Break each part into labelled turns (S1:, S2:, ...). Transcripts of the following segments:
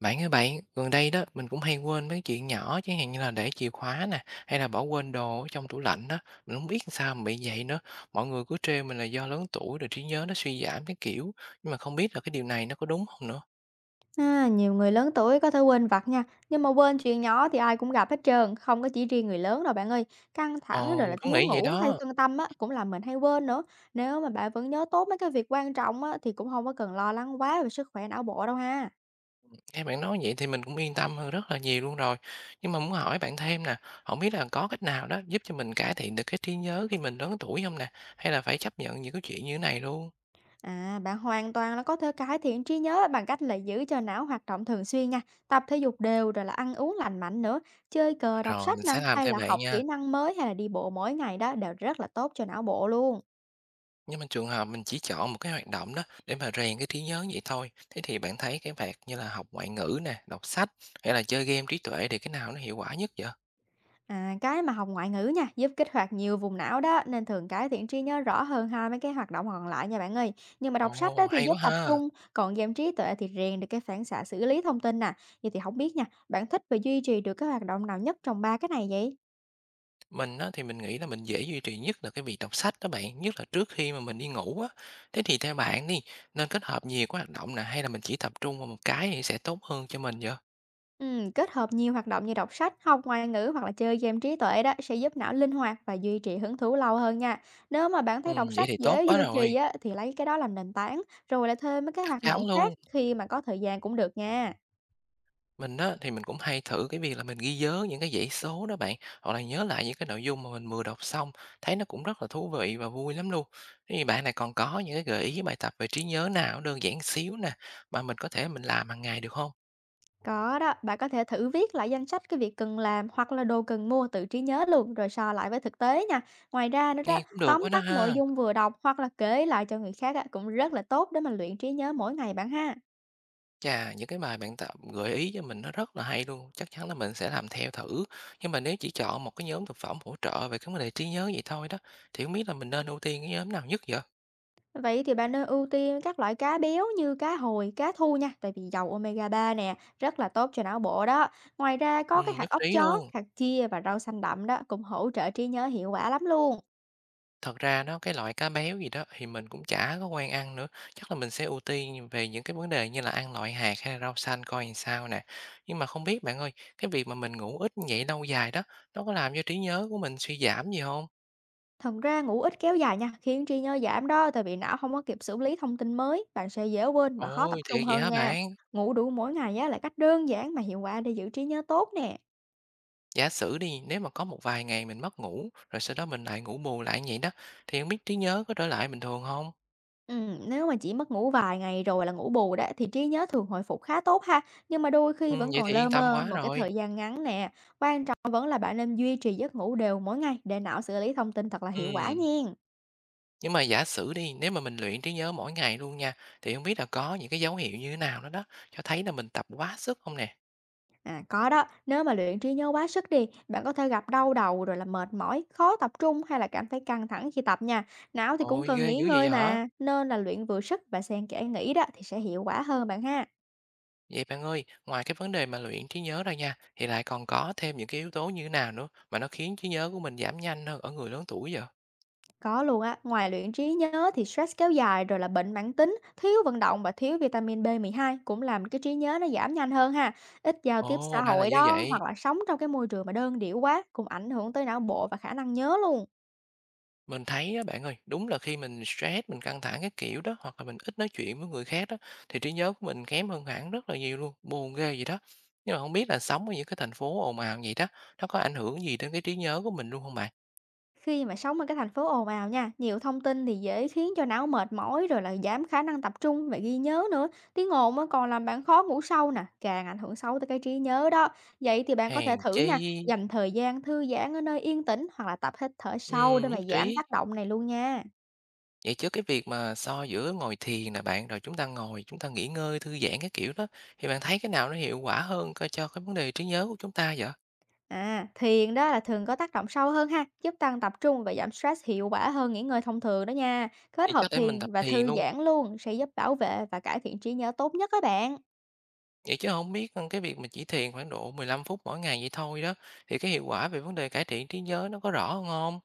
S1: Bạn ơi bạn, gần đây đó mình cũng hay quên mấy chuyện nhỏ, chẳng hạn như là để chìa khóa nè, hay là bỏ quên đồ ở trong tủ lạnh đó. Mình không biết sao mà bị vậy nữa. Mọi người cứ trêu mình là do lớn tuổi rồi trí nhớ nó suy giảm cái kiểu, nhưng mà không biết là cái điều này nó có đúng không nữa.
S2: À, nhiều người lớn tuổi có thể quên vặt nha, nhưng mà quên chuyện nhỏ thì ai cũng gặp hết trơn, không có chỉ riêng người lớn đâu bạn ơi. Căng thẳng
S1: Ờ
S2: rồi là
S1: mình cũng
S2: thiếu
S1: nghĩ vậy
S2: ngủ hay
S1: đó.
S2: phân tâm á cũng làm mình hay quên nữa. Nếu mà bạn vẫn nhớ tốt mấy cái việc quan trọng á thì cũng không có cần lo lắng quá về sức khỏe não bộ đâu ha.
S1: Nghe bạn nói vậy thì mình cũng yên tâm hơn rất là nhiều luôn rồi, nhưng mà muốn hỏi bạn thêm nè. Không biết là có cách nào đó giúp cho mình cải thiện được cái trí nhớ khi mình lớn tuổi không nè, hay là phải chấp nhận những cái chuyện như thế này luôn.
S2: À, bạn hoàn toàn là có thể cải thiện trí nhớ bằng cách là giữ cho não hoạt động thường xuyên nha, tập thể dục đều rồi là ăn uống lành mạnh nữa, chơi cờ, đọc
S1: Rồi
S2: sách
S1: mình
S2: nè,
S1: sẽ làm
S2: hay
S1: theo
S2: là
S1: bạn
S2: học kỹ
S1: nha.
S2: năng mới hay là đi bộ mỗi ngày đó đều rất là tốt cho não bộ luôn.
S1: Nhưng mà trường hợp mình chỉ chọn một cái hoạt động đó để mà rèn cái trí nhớ vậy thôi. Thế thì bạn thấy cái việc như là học ngoại ngữ nè, đọc sách hay là chơi game trí tuệ thì cái nào nó hiệu quả nhất vậy?
S2: À, cái mà học ngoại ngữ nha, giúp kích hoạt nhiều vùng não đó, nên thường cải thiện trí nhớ rõ hơn hai mấy cái hoạt động còn lại nha bạn ơi. Nhưng mà đọc sách
S1: Ồ,
S2: đó thì
S1: hay
S2: giúp
S1: quá
S2: tập
S1: ha.
S2: trung, còn game trí tuệ thì rèn được cái phản xạ xử lý thông tin nè. Vậy thì không biết nha, bạn thích và duy trì được cái hoạt động nào nhất trong ba cái này vậy?
S1: Mình á, thì mình nghĩ là mình dễ duy trì nhất là cái việc đọc sách đó bạn, nhất là trước khi mà mình đi ngủ á. Thế thì theo bạn đi, nên kết hợp nhiều cái hoạt động nè hay là mình chỉ tập trung vào một cái thì sẽ tốt hơn cho mình vậy?
S2: Ừ, kết hợp nhiều hoạt động như đọc sách, học ngoại ngữ hoặc là chơi game trí tuệ đó sẽ giúp não linh hoạt và duy trì hứng thú lâu hơn nha. Nếu mà bạn
S1: Ừ,
S2: thấy đọc
S1: vậy
S2: sách
S1: thì tốt
S2: dễ
S1: quá
S2: duy
S1: rồi,
S2: trì á, thì lấy cái đó làm nền tảng, rồi lại thêm mấy cái
S1: chắc
S2: hoạt
S1: chắn
S2: động khác
S1: luôn.
S2: khi mà có thời gian cũng được nha.
S1: Mình á, thì mình cũng hay thử cái việc là mình ghi nhớ những cái dãy số đó bạn, hoặc là nhớ lại những cái nội dung mà mình vừa đọc xong, thấy nó cũng rất là thú vị và vui lắm luôn. Thế thì bạn này còn có những cái gợi ý bài tập về trí nhớ nào đơn giản xíu nè, mà mình có thể mình làm hàng ngày được không?
S2: Có đó, bạn có thể thử viết lại danh sách cái việc cần làm hoặc là đồ cần mua tự trí nhớ luôn rồi so lại với thực tế nha. Ngoài ra nữa đó,
S1: Nghe cũng được
S2: tóm
S1: quá đó
S2: tắt nội
S1: ha.
S2: dung vừa đọc hoặc là kể lại cho người khác á, cũng rất là tốt để mà luyện trí nhớ mỗi ngày bạn ha.
S1: Chà, những cái bài bạn tập gợi ý cho mình nó rất là hay luôn, chắc chắn là mình sẽ làm theo thử. Nhưng mà nếu chỉ chọn một cái nhóm thực phẩm hỗ trợ về cái vấn đề trí nhớ vậy thôi đó, thì không biết là mình nên ưu tiên cái nhóm nào nhất vậy?
S2: Vậy thì bạn nên ưu tiên các loại cá béo như cá hồi, cá thu nha, tại vì dầu omega 3 nè, rất là tốt cho não bộ đó. Ngoài ra
S1: Ừ,
S2: có cái hạt
S1: nhất
S2: óc
S1: trí
S2: chó,
S1: luôn.
S2: hạt chia và rau xanh đậm đó cũng hỗ trợ trí nhớ hiệu quả lắm luôn.
S1: Thật ra đó, cái loại cá béo gì đó thì mình cũng chả có quen ăn nữa, chắc là mình sẽ ưu tiên về những cái vấn đề như là ăn loại hạt hay là rau xanh coi làm sao nè. Nhưng mà không biết bạn ơi, cái việc mà mình ngủ ít như vậy lâu dài đó, nó có làm cho trí nhớ của mình suy giảm gì không?
S2: Thật ra ngủ ít kéo dài nha, khiến trí nhớ giảm đó, tại vì não không có kịp xử lý thông tin mới, bạn sẽ dễ quên và khó tập
S1: Ôi,
S2: trung
S1: thiệt vậy
S2: hơn
S1: hả
S2: nha.
S1: bạn?
S2: Ngủ đủ mỗi ngày á là cách đơn giản mà hiệu quả để giữ trí nhớ tốt nè.
S1: Giả sử đi, nếu mà có một vài ngày mình mất ngủ, rồi sau đó mình lại ngủ bù lại như vậy đó, thì không biết trí nhớ có trở lại bình thường không.
S2: Nếu mà chỉ mất ngủ vài ngày rồi là ngủ bù đó thì trí nhớ thường hồi phục khá tốt ha, nhưng mà đôi khi vẫn
S1: Vậy
S2: còn
S1: thì
S2: lơ
S1: yên tâm
S2: mơ
S1: quá
S2: một cái
S1: rồi.
S2: thời gian ngắn nè. Quan trọng vẫn là bạn nên duy trì giấc ngủ đều mỗi ngày để não xử lý thông tin thật là hiệu quả
S1: Ừm.
S2: nhen.
S1: Nhưng mà giả sử đi, nếu mà mình luyện trí nhớ mỗi ngày luôn nha, thì không biết là có những cái dấu hiệu như thế nào nữa đó, cho thấy là mình tập quá sức không nè?
S2: À, có đó, nếu mà luyện trí nhớ quá sức đi, bạn có thể gặp đau đầu rồi là mệt mỏi, khó tập trung hay là cảm thấy căng thẳng khi tập nha. Não thì cũng
S1: Ôi,
S2: cần
S1: ghê
S2: nghỉ
S1: dữ
S2: ngơi
S1: vậy hả?
S2: mà, nên là luyện vừa sức và xen kẽ nghỉ đó thì sẽ hiệu quả hơn bạn ha.
S1: Vậy bạn ơi, ngoài cái vấn đề mà luyện trí nhớ ra nha, thì lại còn có thêm những cái yếu tố như thế nào nữa mà nó khiến trí nhớ của mình giảm nhanh hơn ở người lớn tuổi vậy?
S2: Có luôn á, ngoài luyện trí nhớ thì stress kéo dài rồi là bệnh mãn tính, thiếu vận động và thiếu vitamin b hai cũng làm cái trí nhớ nó giảm nhanh hơn ha. Ít giao tiếp xã
S1: Ồ, ra là
S2: hội
S1: như
S2: đó
S1: vậy.
S2: hoặc là sống trong cái môi trường mà đơn điệu quá cũng ảnh hưởng tới não bộ và khả năng nhớ luôn.
S1: Mình thấy á bạn ơi, đúng là khi mình stress, mình căng thẳng cái kiểu đó, hoặc là mình ít nói chuyện với người khác đó, thì trí nhớ của mình kém hơn hẳn rất là nhiều luôn, buồn ghê gì đó. Nhưng mà không biết là sống ở những cái thành phố ồn ào vậy đó, nó có ảnh hưởng gì đến cái trí nhớ của mình luôn không bạn?
S2: Khi mà sống ở cái thành phố ồn ào nha, nhiều thông tin thì dễ khiến cho não mệt mỏi rồi là giảm khả năng tập trung và ghi nhớ nữa. Tiếng ồn á còn làm bạn khó ngủ sâu nè, càng ảnh hưởng xấu tới cái trí nhớ đó. Vậy thì bạn có
S1: Hèn
S2: thể thử
S1: chi.
S2: nha, dành thời gian thư giãn ở nơi yên tĩnh hoặc là tập hít thở sâu để
S1: Ừm,
S2: mà
S1: nhất trí.
S2: giảm tác động này luôn nha.
S1: Vậy chứ cái việc mà so giữa ngồi thiền nè bạn, rồi chúng ta ngồi chúng ta nghỉ ngơi, thư giãn cái kiểu đó, thì bạn thấy cái nào nó hiệu quả hơn coi cho cái vấn đề trí nhớ của chúng ta vậy?
S2: À, thiền đó là thường có tác động sâu hơn ha, giúp tăng tập trung và giảm stress hiệu quả hơn nghỉ ngơi thông thường đó nha. Kết
S1: Vậy
S2: hợp
S1: có thể mình
S2: thiền
S1: tập
S2: và
S1: thiền
S2: thư
S1: luôn.
S2: giãn luôn sẽ giúp bảo vệ và cải thiện trí nhớ tốt nhất các bạn.
S1: Vậy chứ không biết, cái việc mà chỉ thiền khoảng độ 15 phút mỗi ngày vậy thôi đó, thì cái hiệu quả về vấn đề cải thiện trí nhớ nó có rõ hơn hông?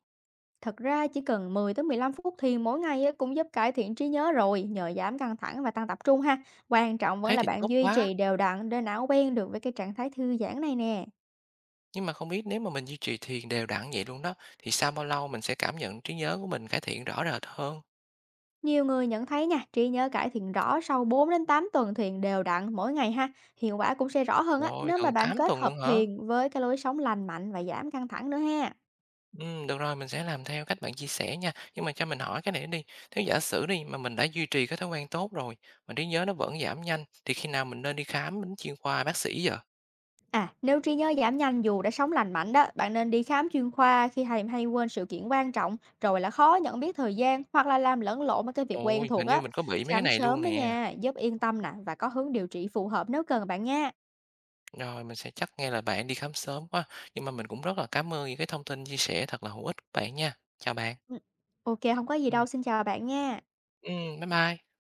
S2: Thật ra chỉ cần 10 tới 15 phút thiền mỗi ngày á, cũng giúp cải thiện trí nhớ rồi, nhờ giảm căng thẳng và tăng tập trung ha. Quan trọng vẫn
S1: Thế
S2: là
S1: thì
S2: bạn
S1: tốt
S2: duy
S1: quá,
S2: trì đều đặn để não quen được với cái trạng thái thư giãn này nè.
S1: nhưng mà không biết nếu mà mình duy trì thiền đều đặn vậy luôn đó, thì sau bao lâu mình sẽ cảm nhận trí nhớ của mình cải thiện rõ rệt hơn?
S2: Nhiều người nhận thấy nha, trí nhớ cải thiện rõ sau 4 đến 8 tuần thiền đều đặn mỗi ngày ha. Hiệu quả cũng sẽ rõ hơn á,
S1: Rồi ơi,
S2: nếu
S1: gần
S2: mà bạn
S1: 8
S2: kết
S1: tuần
S2: hợp
S1: luôn hả?
S2: thiền với cái lối sống lành mạnh và giảm căng thẳng nữa ha.
S1: Được rồi, mình sẽ làm theo cách bạn chia sẻ nha. Nhưng mà cho mình hỏi cái này đi, nếu giả sử đi mà mình đã duy trì cái thói quen tốt rồi, mà trí nhớ nó vẫn giảm nhanh, thì khi nào mình nên đi khám đến chuyên khoa bác sĩ vậy?
S2: À, nếu trí nhớ giảm nhanh dù đã sống lành mạnh đó, bạn nên đi khám chuyên khoa khi hay hay quên sự kiện quan trọng, rồi là khó nhận biết thời gian hoặc là làm lẫn lộn với cái việc quen
S1: Ôi,
S2: thuộc
S1: hình như
S2: á.
S1: mình có bị mấy cái
S2: Khám
S1: này luôn
S2: sớm á
S1: nè.
S2: nha, giúp yên tâm nè và có hướng điều trị phù hợp nếu cần bạn nha.
S1: Rồi, mình sẽ chắc ngay là bạn đi khám sớm quá. Nhưng mà mình cũng rất là cảm ơn những cái thông tin chia sẻ thật là hữu ích của bạn nha. Chào bạn.
S2: Ừ, ok, không có gì
S1: Ừm,
S2: đâu, xin chào bạn nha.
S1: bye bye.